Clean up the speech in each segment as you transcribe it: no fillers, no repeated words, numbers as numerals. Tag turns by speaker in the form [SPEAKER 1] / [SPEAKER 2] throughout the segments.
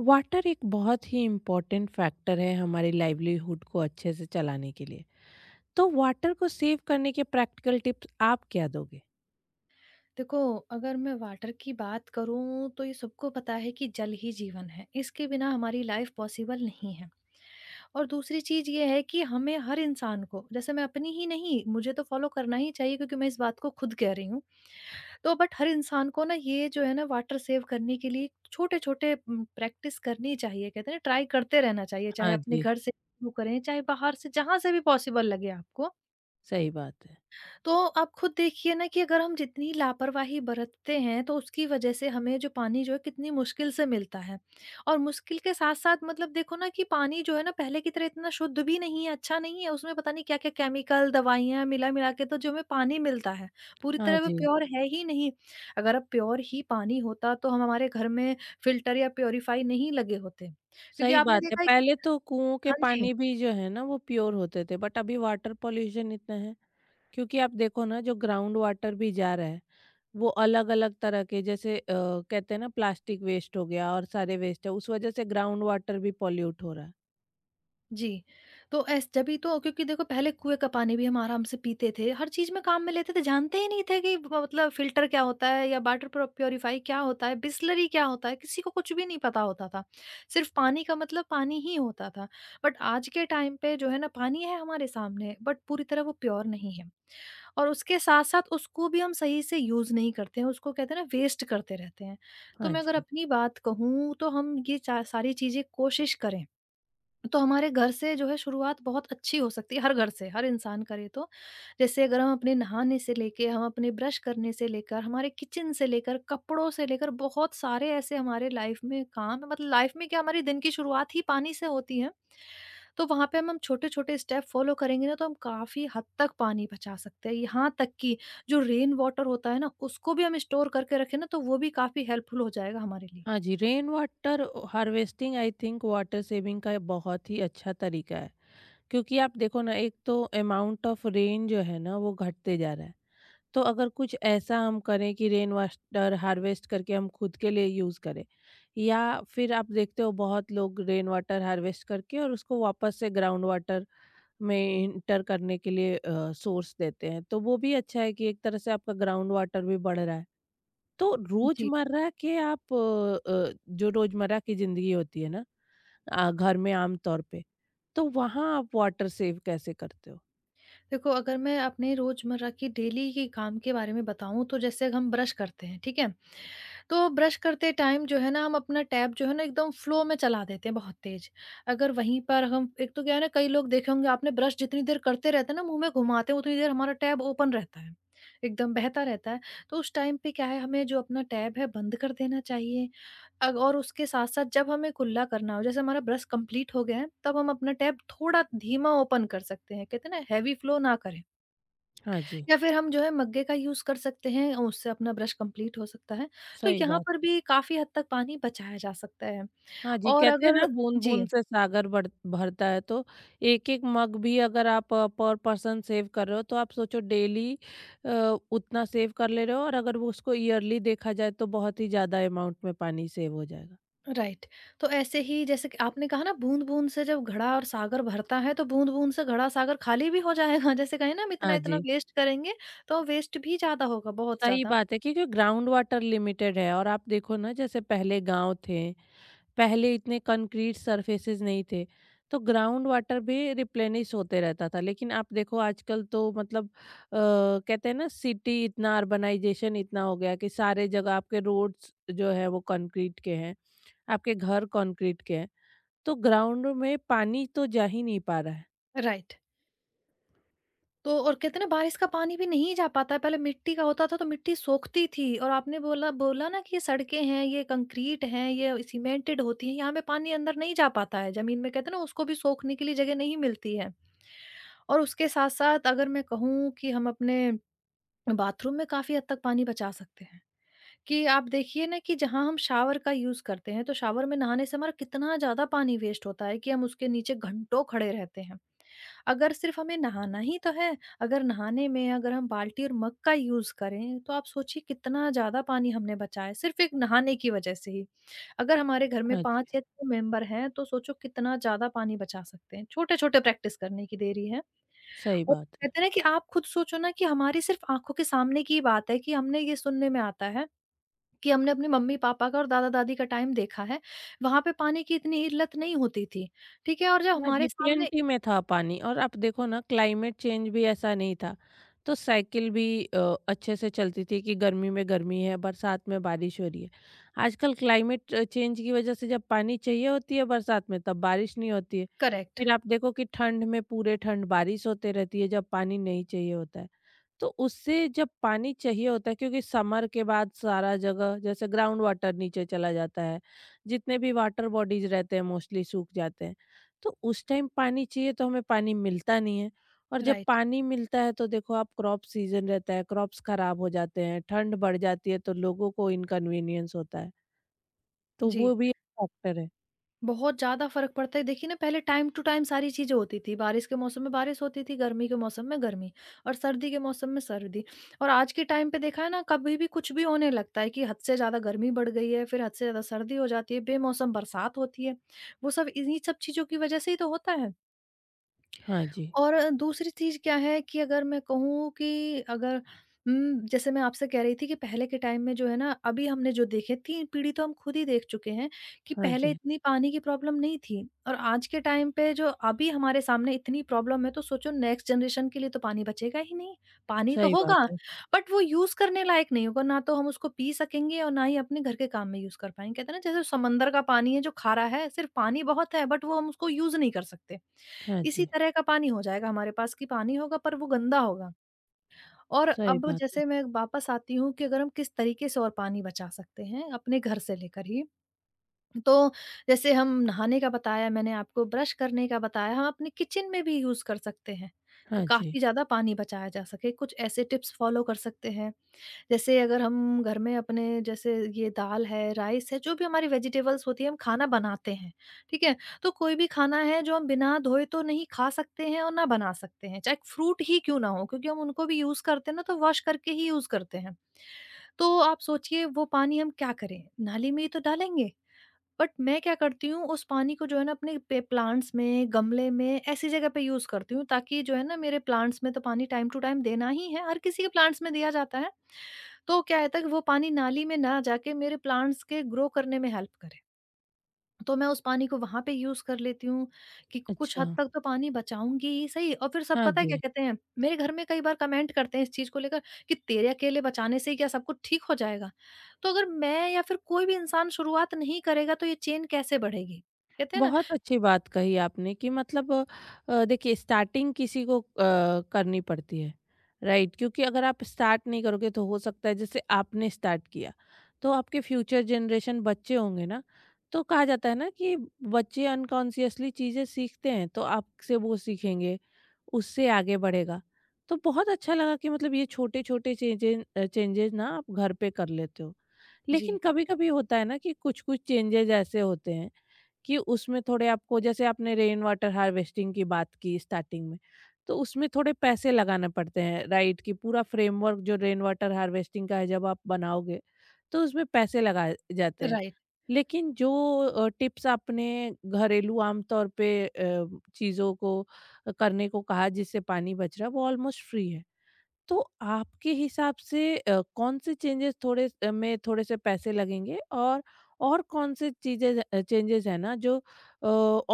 [SPEAKER 1] Water एक बहुत ही important factor है हमारी लाइवलीहुड को अच्छे से चलाने के लिए। तो वाटर को सेव करने के प्रैक्टिकल टिप्स आप क्या दोगे।
[SPEAKER 2] देखो, अगर मैं वाटर की बात करूँ तो ये सबको पता है कि जल ही जीवन है। इसके बिना हमारी लाइफ पॉसिबल नहीं है। और दूसरी चीज़ ये है कि हमें हर इंसान को जैसे मैं अपनी ही नहीं, मुझे तो फ़ॉलो करना ही चाहिए क्योंकि मैं इस बात को खुद कह रही हूँ। तो बट हर इंसान को ना, ये जो है ना, वाटर सेव करने के लिए छोटे-छोटे प्रैक्टिस करनी चाहिए। कहते हैं ना ट्राई करते रहना चाहिए, चाहे
[SPEAKER 1] हाँ
[SPEAKER 2] अपने
[SPEAKER 1] जी।
[SPEAKER 2] घर से शुरू करें, चाहे बाहर से, जहाँ से भी पॉसिबल लगे आपको।
[SPEAKER 1] सही बात है।
[SPEAKER 2] तो आप खुद देखिए ना कि अगर हम जितनी लापरवाही बरतते हैं, तो उसकी वजह से हमें जो पानी जो है, कितनी मुश्किल से मिलता है। और मुश्किल के साथ साथ, मतलब देखो ना कि पानी जो है ना, पहले की तरह इतना शुद्ध भी नहीं है, अच्छा नहीं है, उसमें पता नहीं क्या क्या केमिकल दवाइयाँ मिला मिला के, तो जो हमें पानी मिलता है, पूरी
[SPEAKER 1] हाँ
[SPEAKER 2] तरह वो
[SPEAKER 1] जी।
[SPEAKER 2] प्योर है ही नहीं। अगर अब प्योर ही पानी होता तो हम हमारे घर में फिल्टर या प्योरीफाई नहीं लगे होते, क्योंकि
[SPEAKER 1] सही
[SPEAKER 2] आपने
[SPEAKER 1] बात है।
[SPEAKER 2] देखा है कि
[SPEAKER 1] पहले तो कुओं के
[SPEAKER 2] हाँ जी।
[SPEAKER 1] पानी भी जो है ना वो प्योर होते थे बट अभी वाटर पॉल्यूशन इतना है। क्योंकि आप देखो ना जो ग्राउंड वाटर भी जा रहा है वो अलग अलग तरह के जैसे कहते हैं ना प्लास्टिक वेस्ट हो गया और सारे वेस्ट है उस वजह से ग्राउंड वाटर भी पॉल्यूट हो रहा है।
[SPEAKER 2] जी। तो ऐस तभी तो, क्योंकि देखो पहले कुएँ का पानी भी हम आराम से पीते थे, हर चीज़ में काम में लेते थे, जानते ही नहीं थे कि ब मतलब फ़िल्टर क्या होता है, या वाटर प्रो प्यूरीफाई क्या होता है, बिसलरी क्या होता है, किसी को कुछ भी नहीं पता होता था। सिर्फ़ पानी का मतलब पानी ही होता था। बट आज के टाइम पे जो है ना, पानी है हमारे सामने, बट पूरी तरह वो प्योर नहीं है। और उसके साथ-साथ उसको भी हम सही से यूज़ नहीं करते हैं, उसको कहते हैं ना, वेस्ट करते रहते हैं। तो
[SPEAKER 1] हाँ
[SPEAKER 2] मैं अगर
[SPEAKER 1] जी।
[SPEAKER 2] अपनी बात कहूँ तो हम ये चा सारी चीज़ें कोशिश करें तो हमारे घर से जो है, शुरुआत बहुत अच्छी हो सकती है, हर घर से, हर इंसान करे तो। जैसे अगर हम अपने नहाने से लेके, हम अपने ब्रश करने से लेकर, हमारे किचन से लेकर, कपड़ों से लेकर बहुत सारे ऐसे हमारे लाइफ में काम हैं, मतलब लाइफ में क्या, हमारी दिन की शुरुआत ही पानी से होती है। तो वहाँ पे हम छोटे-छोटे स्टेप फॉलो करेंगे ना, तो हम काफ़ी हद तक पानी बचा सकते हैं। यहाँ तक कि जो रेन वाटर होता है ना, उसको भी हम स्टोर करके रखें ना, तो वो भी काफ़ी हेल्पफुल हो जाएगा हमारे लिए।
[SPEAKER 1] हाँ जी, rain water harvesting I think water saving का बहुत ही अच्छा तरीका है। क्योंकि आप देखो ना एक तो अमाउंट ऑफ रेन जो है ना वो घटते जा रहा है। तो अगर कुछ ऐसा हम करें कि रेन वाटर हार्वेस्ट करके हम खुद के लिए यूज़ करें या फिर आप देखते हो बहुत लोग रेन वाटर हार्वेस्ट करके और उसको वापस से ग्राउंड वाटर में इंटर करने के लिए सोर्स देते हैं तो वो भी अच्छा है कि एक तरह से आपका ग्राउंड वाटर भी बढ़ रहा है। तो
[SPEAKER 2] जी।
[SPEAKER 1] रोजमर्रा के आप जो रोजमर्रा की जिंदगी होती है ना, घर में आम तौर पे, तो वहाँ आप वाटर सेव कैसे करते हो?
[SPEAKER 2] देखो, अगर मैं अपने रोज़मर्रा की डेली के काम के बारे में बताऊँ, तो जैसे हम ब्रश करते हैं, ठीक है? तो ब्रश करते टाइम जो है ना, हम अपना टैब जो है ना एकदम फ्लो में चला देते हैं, बहुत तेज़। अगर वहीं पर हम एक, तो क्या है ना, कई लोग देखे होंगे आपने, ब्रश जितनी देर करते रहते हैं ना, मुँह में घुमाते हैं, उतनी देर हमारा टैब ओपन रहता है, एकदम बहता रहता है। तो उस टाइम पे क्या है, हमें जो अपना टैब है बंद कर देना चाहिए। अग और उसके साथ-साथ जब हमें कुल्ला करना हो, जैसे हमारा ब्रश कंप्लीट हो गया है, तब हम अपना टैब थोड़ा धीमा ओपन कर सकते हैं। कहते हैं ना, हैवी फ्लो ना करें।
[SPEAKER 1] हाँ जी,
[SPEAKER 2] या फिर हम जो है मग्गे का यूज़ कर सकते हैं, उससे अपना ब्रश कंप्लीट हो सकता है। तो
[SPEAKER 1] सही
[SPEAKER 2] यहाँ
[SPEAKER 1] बात।
[SPEAKER 2] पर भी काफ़ी हद तक पानी बचाया जा सकता है।
[SPEAKER 1] हाँ जी,
[SPEAKER 2] और
[SPEAKER 1] कहते हैं
[SPEAKER 2] अगर,
[SPEAKER 1] ना
[SPEAKER 2] जी,
[SPEAKER 1] बूँद-बूँद से सागर बढ़ भरता है। तो एक-एक मग भी अगर आप पर पर्सन सेव कर रहे हो तो आप सोचो डेली अ, उतना सेव कर ले रहे हो और अगर वो उसको ईयरली देखा जाए तो बहुत ही ज़्यादा अमाउंट में पानी सेव हो जाएगा।
[SPEAKER 2] राइट। तो ऐसे ही जैसे कि आपने कहा ना, बूँद-बूँद से जब घड़ा और सागर भरता है, तो बूँद-बूँद से घड़ा सागर खाली भी हो जाएगा। जैसे कहें ना, हम
[SPEAKER 1] हाँ
[SPEAKER 2] इतना-इतना
[SPEAKER 1] जी।
[SPEAKER 2] वेस्ट करेंगे, तो वेस्ट भी ज़्यादा होगा, बहुत
[SPEAKER 1] सही
[SPEAKER 2] ज़्यादा।
[SPEAKER 1] बात है। क्योंकि ग्राउंड वाटर लिमिटेड है और आप देखो ना जैसे पहले गांव थे, पहले इतने कंक्रीट सरफेसेस नहीं थे तो ग्राउंड वाटर भी रिप्लेनिश होते रहता था। लेकिन आप देखो आजकल तो मतलब कहते हैं ना सिटी, इतना अर्बनाइजेशन इतना हो गया कि सारे जगह आपके रोड्स जो है वो कंक्रीट के हैं, आपके घर कंक्रीट के हैं, तो ग्राउंड में पानी तो जा ही नहीं पा रहा है।
[SPEAKER 2] राइट। तो और कहते हैं ना, बारिश का पानी भी नहीं जा पाता है। पहले मिट्टी का होता था तो मिट्टी सोखती थी, और आपने बोला बोला ना कि ये सड़कें हैं, ये कंक्रीट हैं, ये सीमेंटेड होती हैं, यहाँ पे पानी अंदर नहीं जा पाता है। ज़मीन में, कहते हैं ना, उसको भी सोखने के लिए जगह नहीं मिलती है। और उसके साथ-साथ अगर मैं कहूँ कि हम अपने बाथरूम में काफ़ी हद तक पानी बचा सकते हैं, कि आप देखिए ना कि जहाँ हम शावर का यूज़ करते हैं, तो शावर में नहाने से हमारा कितना ज़्यादा पानी वेस्ट होता है कि हम उसके नीचे घंटों खड़े रहते हैं। अगर सिर्फ़ हमें नहाना ही तो है, अगर नहाने में अगर हम बाल्टी और मग का यूज़ करें, तो आप सोचिए कितना ज़्यादा पानी हमने बचाया, सिर्फ़ एक नहाने की वज़ह से ही। अगर हमारे घर में
[SPEAKER 1] हाँ जी।
[SPEAKER 2] 5 या 6 मेंबर हैं, तो सोचो कितना ज़्यादा पानी बचा सकते हैं। छोटे-छोटे प्रैक्टिस करने की देरी है।
[SPEAKER 1] सही
[SPEAKER 2] और
[SPEAKER 1] बात।
[SPEAKER 2] कहते हैं ना कि आप खुद सोचो ना कि हमारी सिर्फ़ आँखों के सामने की बात है, कि हमने ये सुनने में आता है कि हमने अपने मम्मी-पापा का और दादा-दादी का टाइम देखा है, वहाँ पे पानी की इतनी किल्लत नहीं होती थी। ठीक है? और जब
[SPEAKER 1] हाँ जी,
[SPEAKER 2] हमारे सामने,
[SPEAKER 1] प्लेंटी में था पानी और आप देखो ना क्लाइमेट चेंज भी ऐसा नहीं था। तो साइकिल भी अच्छे से चलती थी कि गर्मी में गर्मी है, बरसात में बारिश हो रही है। आजकल क्लाइमेट चेंज की वजह से जब पानी चाहिए होती है बरसात में तब बारिश नहीं होती है।
[SPEAKER 2] करेक्ट,
[SPEAKER 1] फिर आप देखो कि ठंड में पूरे ठंड बारिश होते रहती है जब पानी नहीं चाहिए होता है। तो उससे जब पानी चाहिए होता है क्योंकि समर के बाद सारा जगह जैसे ग्राउंड वाटर नीचे चला जाता है। जितने भी वाटर बॉडीज रहते हैं मोस्टली सूख जाते हैं। तो उस टाइम पानी चाहिए तो हमें पानी मिलता नहीं है और जब
[SPEAKER 2] राइट।
[SPEAKER 1] पानी मिलता है तो देखो आप क्रॉप सीजन रहता है, क्रॉप्स खराब हो जाते हैं, ठंड बढ़ जाती है तो लोगों को इनकन्वीनियंस होता है। तो
[SPEAKER 2] जी,
[SPEAKER 1] वो भी एक फैक्टर है।
[SPEAKER 2] बहुत ज़्यादा फ़र्क पड़ता है। देखिए ना, पहले टाइम टू टाइम सारी चीज़ें होती थी, बारिश के मौसम में बारिश होती थी, गर्मी के मौसम में गर्मी और सर्दी के मौसम में सर्दी। और आज के टाइम पे देखा है ना, कभी भी कुछ भी होने लगता है, कि हद से ज़्यादा गर्मी बढ़ गई है, फिर हद से ज़्यादा सर्दी हो जाती है, बेमौसम बरसात होती है। वो सब इन्हीं सब चीज़ों की वज़ह से ही तो होता है।
[SPEAKER 1] हाँ जी।
[SPEAKER 2] और दूसरी चीज़ क्या है कि अगर मैं कहूँ कि अगर, जैसे मैं आपसे कह रही थी कि पहले के टाइम में जो है ना, अभी हमने जो देखे 3 पीढ़ी, तो हम खुद ही देख चुके हैं कि
[SPEAKER 1] हाँ
[SPEAKER 2] पहले
[SPEAKER 1] जी।
[SPEAKER 2] इतनी पानी की प्रॉब्लम नहीं थी, और आज के टाइम पे जो अभी हमारे सामने इतनी प्रॉब्लम है, तो सोचो नेक्स्ट जनरेशन के लिए तो पानी बचेगा ही नहीं। पानी तो
[SPEAKER 1] सही
[SPEAKER 2] होगा,
[SPEAKER 1] बात है।
[SPEAKER 2] बट वो यूज़ करने लायक नहीं होगा, ना तो हम उसको पी सकेंगे और ना ही अपने घर के काम में यूज़ कर पाएँगे। कहते हैं ना, जैसे समंदर का पानी है जो खारा है, सिर्फ पानी बहुत है, बट वो हम उसको यूज़ नहीं कर सकते।
[SPEAKER 1] हाँ
[SPEAKER 2] इसी
[SPEAKER 1] जी।
[SPEAKER 2] तरह का पानी हो जाएगा हमारे पास, कि पानी होगा पर वो गंदा होगा। और
[SPEAKER 1] सही
[SPEAKER 2] अब
[SPEAKER 1] बात है।
[SPEAKER 2] जैसे मैं वापस आती हूँ, कि अगर हम किस तरीके से और पानी बचा सकते हैं अपने घर से लेकर ही। तो जैसे हम नहाने का बताया मैंने आपको, ब्रश करने का बताया, हम अपने किचन में भी यूज़ कर सकते हैं। क
[SPEAKER 1] हाँ जी।
[SPEAKER 2] काफ़ी ज़्यादा पानी बचाया जा सके, कुछ ऐसे टिप्स फ़ॉलो कर सकते हैं। जैसे अगर हम घर में अपने जैसे ये दाल है, राइस है, जो भी हमारी वेजिटेबल्स होती है, हम खाना बनाते हैं, ठीक है? तो कोई भी खाना है जो हम बिना धोए तो नहीं खा सकते हैं और ना बना सकते हैं, चाहे फ्रूट ही क्यों ना हो, क्योंकि हम उनको भी यूज़ करते हैं ना, तो वॉश करके ही यूज़ करते हैं। तो आप सोचिए वो पानी हम क्या करें? नाली में ही तो डालेंगे। बट मैं क्या करती हूँ, उस पानी को जो है ना अपने पे प्लांट्स में, गमले में, ऐसी जगह पे यूज़ करती हूँ, ताकि जो है ना, मेरे प्लांट्स में तो पानी टाइम टू टाइम देना ही है, हर किसी के प्लांट्स में दिया जाता है। तो क्या है तक वो पानी नाली में ना जाके, मेरे प्लांट्स के ग्रो करने में हेल्प करे। तो मैं उस पानी को वहाँ पे यूज़ कर लेती हूँ, कि कुछ
[SPEAKER 1] अच्छा।
[SPEAKER 2] हद तक तो पानी बचाऊँगी ही सही, और फिर सब
[SPEAKER 1] हाँ
[SPEAKER 2] पता है क्या
[SPEAKER 1] जी।
[SPEAKER 2] कहते हैं, मेरे घर में कई बार कमेंट करते हैं इस चीज़ को लेकर, कि तेरे अकेले बचाने से ही क्या सब कुछ ठीक हो जाएगा? तो अगर मैं या फिर कोई भी इंसान शुरुआत नहीं करेगा तो ये चेन कैसे बढ़ेगी? कहते हैं ना।
[SPEAKER 1] बहुत अच्छी बात कही आपने कि मतलब देखिए स्टार्टिंग किसी को करनी पड़ती है, राइट? क्योंकि अगर आप स्टार्ट नहीं करोगे तो हो सकता है जैसे आपने स्टार्ट किया तो आपके फ्यूचर जनरेशन बच्चे होंगे ना, तो कहा जाता है ना कि बच्चे अनकॉन्शियसली चीज़ें सीखते हैं तो आपसे वो सीखेंगे, उससे आगे बढ़ेगा। तो बहुत अच्छा लगा कि मतलब ये छोटे छोटे चेंजेस, चेंजेस ना आप घर पे कर लेते हो। लेकिन
[SPEAKER 2] जी,
[SPEAKER 1] कभी कभी होता है ना कि कुछ कुछ चेंजेस ऐसे होते हैं कि उसमें थोड़े आपको, जैसे आपने रेन वाटर हार्वेस्टिंग की बात की स्टार्टिंग में, तो उसमें थोड़े पैसे लगाने पड़ते हैं, राइट? कि पूरा फ्रेमवर्क जो रेन वाटर हार्वेस्टिंग का है जब आप बनाओगे, तो उसमें पैसे लगाए जाते हैं।
[SPEAKER 2] राइट।
[SPEAKER 1] लेकिन जो टिप्स आपने घरेलू आम तौर पे चीज़ों को करने को कहा जिससे पानी बच रहा है वो ऑलमोस्ट फ्री है। तो आपके हिसाब से कौन से चेंजेस थोड़े में थोड़े से पैसे लगेंगे और कौन से चीज़ें, चेंजेस है ना जो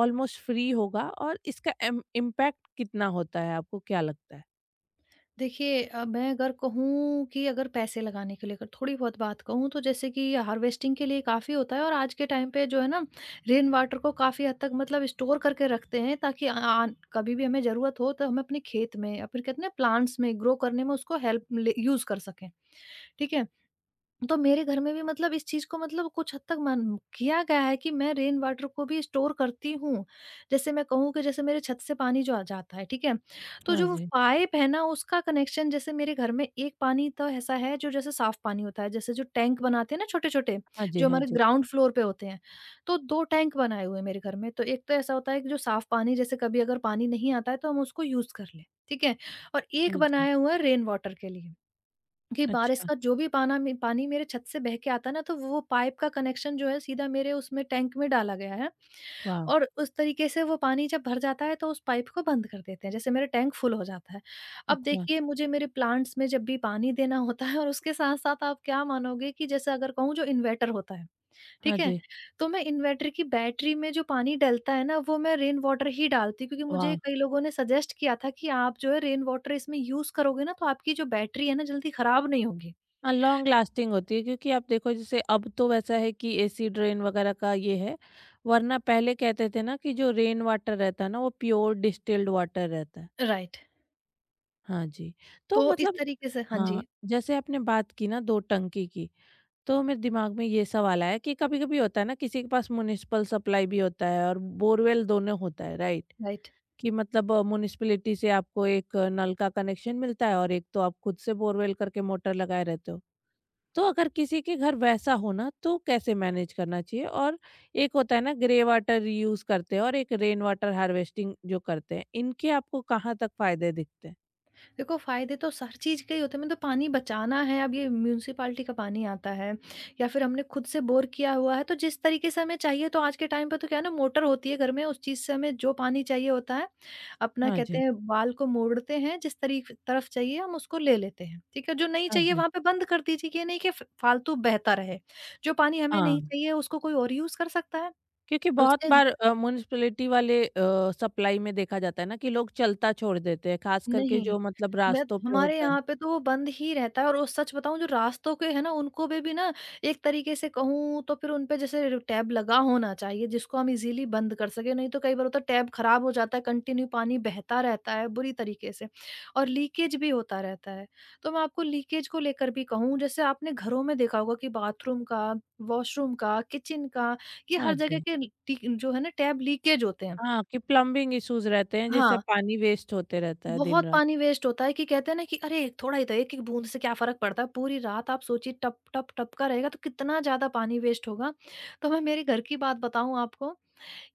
[SPEAKER 1] ऑलमोस्ट फ्री होगा, और इसका इम्पैक्ट कितना होता है आपको क्या लगता है?
[SPEAKER 2] देखिए मैं अगर कहूँ कि अगर पैसे लगाने के लिए अगर थोड़ी बहुत बात कहूँ, तो जैसे कि हार्वेस्टिंग के लिए काफ़ी होता है, और आज के टाइम पे जो है ना, रेन वाटर को काफ़ी हद तक, मतलब, स्टोर करके रखते हैं ताकि आ, आ- कभी भी हमें ज़रूरत हो तो हम अपने खेत में या फिर कहते हैं प्लांट्स में ग्रो करने में उसको हेल्प, यूज़ कर सकें, ठीक है। तो मेरे घर में भी, मतलब, इस चीज़ को, मतलब, कुछ हद तक मन किया गया है कि मैं रेन वाटर को भी स्टोर करती हूँ। जैसे मैं कहूँ कि जैसे मेरे छत से पानी जो आ जाता है, ठीक है? तो
[SPEAKER 1] हाँ
[SPEAKER 2] जो
[SPEAKER 1] जी।
[SPEAKER 2] पाइप है ना उसका कनेक्शन जैसे मेरे घर में एक पानी तो ऐसा है जो जैसे साफ पानी होता है, जैसे जो टैंक बनाते हैं ना छोटे-छोटे,
[SPEAKER 1] हाँ जी,
[SPEAKER 2] जो
[SPEAKER 1] हाँ
[SPEAKER 2] हमारे
[SPEAKER 1] जी,
[SPEAKER 2] ग्राउंड फ्लोर पे होते हैं। तो 2 टैंक बनाए हुए हैं मेरे घर में। तो एक तो ऐसा होता है कि जो साफ पानी जैसे कभी अगर पानी नहीं आता है तो हम उसको यूज़ कर लें, ठीक है? और
[SPEAKER 1] हाँ
[SPEAKER 2] एक
[SPEAKER 1] जी।
[SPEAKER 2] बनाया हुआ है रेन वाटर के लिए। कि बारिश
[SPEAKER 1] अच्छा,
[SPEAKER 2] का जो भी पाना मे पानी मेरे छत से बह के आता है ना, तो वो पाइप का कनेक्शन जो है सीधा मेरे उसमें टैंक में डाला गया है।
[SPEAKER 1] वाह!
[SPEAKER 2] और उस तरीके से वो पानी जब भर जाता है, तो उस पाइप को बंद कर देते हैं, जैसे मेरा टैंक फुल हो जाता है। अब
[SPEAKER 1] अच्छा,
[SPEAKER 2] देखिए मुझे मेरे प्लांट्स में जब भी पानी देना होता है और उसके साथ-साथ आप क्या मानोगे कि जैसे अगर कहूँ जो इन्वर्टर होता है,
[SPEAKER 1] हाँ
[SPEAKER 2] ठीक है?
[SPEAKER 1] जी,
[SPEAKER 2] तो मैं इन्वर्टर की बैटरी में जो पानी डलता है ना, वो मैं रेन वाटर ही डालती हूँ क्योंकि मुझे
[SPEAKER 1] वाह!
[SPEAKER 2] कई लोगों ने सजेस्ट किया था कि आप जो है रेन वाटर इसमें यूज़ करोगे ना, तो आपकी जो बैटरी है ना, जल्दी खराब नहीं होगी।
[SPEAKER 1] हाँ, लॉन्ग लास्टिंग होती है क्योंकि आप देखो जैसे अब तो वैसा है कि एसी ड्रेन वगैरह का ये है, वरना पहले कहते थे ना कि जो रेन वाटर रहता है ना वो प्योर डिस्टिल्ड वाटर रहता है।
[SPEAKER 2] राइट।
[SPEAKER 1] हाँ जी। तो
[SPEAKER 2] तो इस
[SPEAKER 1] मतलब
[SPEAKER 2] तरीके से हाँ
[SPEAKER 1] हाँ,
[SPEAKER 2] जी,
[SPEAKER 1] जैसे आपने बात की ना 2 टंकी की, तो मेरे दिमाग में ये सवाल आया कि कभी-कभी होता है ना किसी के पास म्युनिसिपल सप्लाई भी होता है और बोरवेल दोनों होता है, राइट?
[SPEAKER 2] राइट।
[SPEAKER 1] कि मतलब म्युनिसिपैलिटी से आपको एक नल का कनेक्शन मिलता है और एक तो आप खुद से बोरवेल करके मोटर लगाए रहते हो। तो अगर किसी के घर वैसा हो ना तो कैसे मैनेज करना चाहिए? और एक होता है ना ग्रे वाटर रीयूज़ करते हैं और एक रेन वाटर हार्वेस्टिंग जो करते हैं, इनके आपको कहाँ तक फ़ायदे दिखते हैं?
[SPEAKER 2] देखो फायदे तो हर चीज के ही होते हैं मतलब पानी बचाना है। अब ये म्यूनिसिपालिटी का पानी आता है या फिर हमने खुद से बोर किया हुआ है तो जिस तरीके से हमें चाहिए, तो आज के टाइम पे तो क्या है ना मोटर होती है घर में, उस चीज से हमें जो पानी चाहिए होता है अपना
[SPEAKER 1] हाँ
[SPEAKER 2] कहते
[SPEAKER 1] जी,
[SPEAKER 2] हैं बाल को मोड़ते हैं जिस तरीके तरफ चाहिए हम उसको ले लेते हैं। ठीक है, जो नहीं
[SPEAKER 1] हाँ
[SPEAKER 2] चाहिए
[SPEAKER 1] जी।
[SPEAKER 2] वहां पे बंद कर दीजिए, ये नहीं कि फालतू बहता रहे। जो पानी हमें नहीं
[SPEAKER 1] हाँ,
[SPEAKER 2] चाहिए उसको कोई और यूज कर सकता है।
[SPEAKER 1] क्योंकि बहुत
[SPEAKER 2] उसके
[SPEAKER 1] बार म्युनिसिपैलिटी वाले सप्लाई में देखा जाता है ना कि लोग चलता छोड़ देते हैं, खास करके
[SPEAKER 2] नहीं,
[SPEAKER 1] जो मतलब
[SPEAKER 2] मैं
[SPEAKER 1] रास्तों पे
[SPEAKER 2] हमारे
[SPEAKER 1] होता है।
[SPEAKER 2] यहाँ पे तो वो बंद ही रहता है, और वो सच बताऊँ जो रास्तों के हैं ना उनको पे भी ना एक तरीके से कहूँ तो फिर उन पे जैसे टैब लगा होना चाहिए जिसको हम इज़ीली बंद कर सकें, नहीं तो कई बार होता है टैब खराब हो जाता है, कंटिन्यू पानी बहता रहता है बुरी तरीके से, और लीकेज भी होता रहता है। तो मैं आपको लीकेज को लेकर भी कहूँ जैसे आपने घरों में देखा होगा कि बाथरूम का, वॉशरूम का, किचन का, ये
[SPEAKER 1] हाँ
[SPEAKER 2] हर जगह
[SPEAKER 1] जी।
[SPEAKER 2] के टी जो है ना टैब लीकेज होते हैं।
[SPEAKER 1] हाँ, कि प्लम्बिंग इश्यूज़ रहते हैं जिससे
[SPEAKER 2] हाँ।
[SPEAKER 1] पानी वेस्ट होते रहता है
[SPEAKER 2] बहुत
[SPEAKER 1] दिन-रात।
[SPEAKER 2] पानी वेस्ट होता है कि कहते हैं ना कि अरे थोड़ा ही तो, एक एक बूंद से क्या फर्क पड़ता है? पूरी रात आप सोचिए टप टप टप का रहेगा तो कितना ज्यादा पानी वेस्ट होगा। तो मैं मेरे घर की बात बताऊं आपको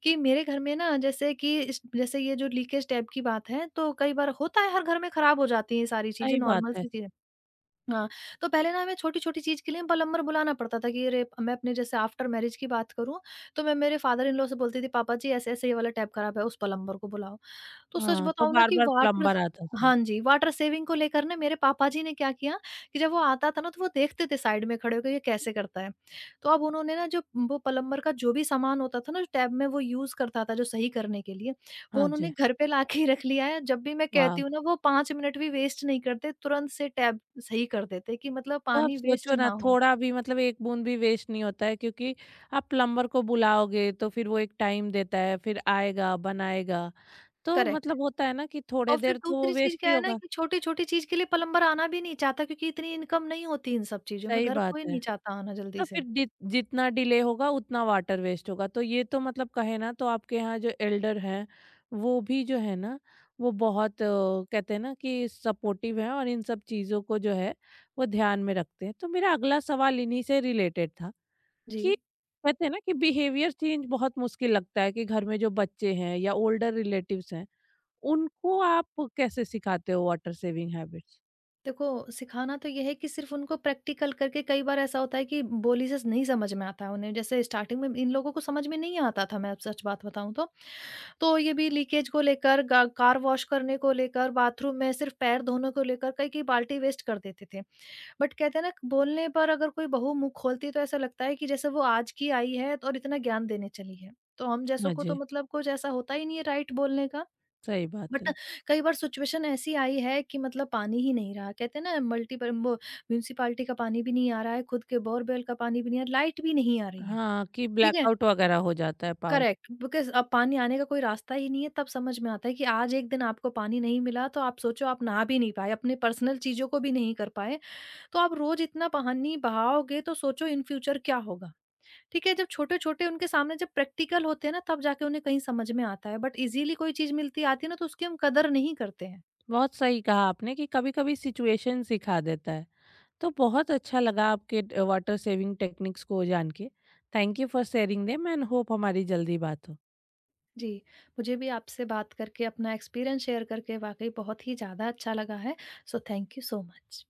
[SPEAKER 2] कि मेरे घर में ना जैसे कि जैसे ये जो लीकेज टैप की बात है तो कई बार होता है हर घर में खराब हो जाती है सारी चीजें,
[SPEAKER 1] सही बात
[SPEAKER 2] नॉर्मल
[SPEAKER 1] है।
[SPEAKER 2] सी चीजें। हाँ, तो पहले ना हमें छोटी-छोटी चीज़ के लिए प्लम्बर बुलाना पड़ता था कि अरे! मैं अपने जैसे आफ्टर मैरिज की बात करूँ, तो मैं मेरे फादर इन लॉ से बोलती थी, "पापा जी ऐसे-ऐसे ये वाला टैप खराब है, उस प्लम्बर को बुलाओ।" तो सच
[SPEAKER 1] हाँ, तो
[SPEAKER 2] बताऊँ ना कि
[SPEAKER 1] बार-बार
[SPEAKER 2] वाटर,
[SPEAKER 1] प्लम्बर आता था।
[SPEAKER 2] हाँ जी, वाटर सेविंग को लेकर ना मेरे पापा जी ने क्या किया कि जब वो आता था ना तो वो देखते थे साइड में खड़े होके ये कैसे करता है। तो अब उन्होंने ना जो वो प्लम्बर का जो भी सामान होता था ना जो टैप में वो यूज़ करता था जो सही करने के लिए, वो
[SPEAKER 1] हाँ
[SPEAKER 2] उन्होंने
[SPEAKER 1] जी,
[SPEAKER 2] घर पे लाके ही रख लिया है। जब भी मैं कहती
[SPEAKER 1] वाह!
[SPEAKER 2] हूँ ना वो 5 मिनट भी वेस्ट नहीं करते, तुरंत से टैप सही कर देते कि मतलब
[SPEAKER 1] तो आप
[SPEAKER 2] पानी वेस्ट
[SPEAKER 1] सोचो ना
[SPEAKER 2] ना हो।
[SPEAKER 1] थोड़ा भी मतलब एक बूँद भी वेस्ट नहीं होता है क्योंकि आप प्लम्बर को बुलाओगे तो फिर वो एक टाइम देता है, फिर आएगा, बनाएगा। तो
[SPEAKER 2] करेक्ट।
[SPEAKER 1] मतलब होता है ना कि थोड़ी
[SPEAKER 2] और फिर
[SPEAKER 1] देर तो वो
[SPEAKER 2] दूसरी चीज़
[SPEAKER 1] वेस्ट ही
[SPEAKER 2] क्या है ना
[SPEAKER 1] होगा।
[SPEAKER 2] कि छोटी-छोटी चीज़ के लिए प्लम्बर आना भी नहीं चाहता क्योंकि इतनी इनकम नहीं होती इन सब चीज़ों में,
[SPEAKER 1] सही
[SPEAKER 2] घर
[SPEAKER 1] बात
[SPEAKER 2] कोई
[SPEAKER 1] है।
[SPEAKER 2] नहीं चाहता आना जल्दी
[SPEAKER 1] तो
[SPEAKER 2] से।
[SPEAKER 1] फिर डि जितना डिले होगा उतना वाटर वेस्ट होगा। तो ये तो मतलब कहे ना तो आपके यहाँ जो एल्डर हैं, वो भी जो है ना वो बहुत कहते हैं ना कि सपोर्टिव हैं और इन सब चीज़ों को जो है वो ध्यान में रखते हैं। तो मेरा अगला सवाल इन्हीं से रिलेटेड था
[SPEAKER 2] जी।
[SPEAKER 1] कि कहते हैं ना कि बिहेवियर चेंज बहुत मुश्किल लगता है कि घर में जो बच्चे हैं या ओल्डर रिलेटिव्स हैं, उनको आप कैसे सिखाते हो वाटर सेविंग हैबिट्स?
[SPEAKER 2] देखो, सिखाना तो ये है कि सिर्फ़ उनको प्रैक्टिकल करके, कई बार ऐसा होता है कि बोली से नहीं समझ में आता है उन्हें। जैसे स्टार्टिंग में इन लोगों को समझ में नहीं आता था, मैं सच बात बताऊँ तो। तो ये भी लीकेज को लेकर, गा कार वॉश करने को लेकर, बाथरूम में सिर्फ़ पैर धोने को लेकर कई-कई बाल्टी वेस्ट कर देते थे। बट कहते हैं ना बोलने पर अगर कोई बहू मुँह खोलती है तो ऐसा लगता है कि जैसे वो आज की आई है तो और इतना ज्ञान देने चली है। तो हम जैसों
[SPEAKER 1] हाँ
[SPEAKER 2] को तो
[SPEAKER 1] जी,
[SPEAKER 2] मतलब कुछ ऐसा होता ही नहीं है राइट बोलने का।
[SPEAKER 1] सही बात
[SPEAKER 2] बट
[SPEAKER 1] है।
[SPEAKER 2] कई बार सिचुएशन ऐसी आई है कि मतलब पानी ही नहीं रहा। कहते हैं ना मल्टीपल वो, म्युनिसिपैलिटी का पानी भी नहीं आ रहा है, खुद के बोरवेल का पानी भी नहीं आ रहा, लाइट भी नहीं आ रही है।
[SPEAKER 1] हाँ, कि
[SPEAKER 2] ठीक है?
[SPEAKER 1] ब्लैकआउट वगैरह हो जाता है। पाव
[SPEAKER 2] करेक्ट, बिकॉज़ अब पानी आने का कोई रास्ता ही नहीं है तब समझ में आता है कि आज एक दिन आपको पानी नहीं मिला तो आप सोचो आप नहा भी नहीं पाए, अपने पर्सनल चीज़ों को भी नहीं कर पाए। तो आप रोज इतना पानी बहाओगे तो सोचो इन फ्यूचर क्या होगा? ठीक है, जब छोटे-छोटे उनके सामने जब प्रैक्टिकल होते हैं ना तब जाके उन्हें कहीं समझ में आता है, बट ईज़िली कोई चीज़ मिलती आती है ना तो उसकी हम कदर नहीं करते हैं।
[SPEAKER 1] बहुत सही कहा आपने कि कभी-कभी सिचुएशन सिखा देता है। तो बहुत अच्छा लगा आपके ट वाटर सेविंग टेक्निक्स को जान के। Thank you for sharing them and hope हमारी जल्दी बात हो।
[SPEAKER 2] जी, मुझे भी आपसे बात करके अपना एक्सपीरियंस शेयर करके वाक़ई बहुत ही ज़्यादा अच्छा लगा है। So thank you so much.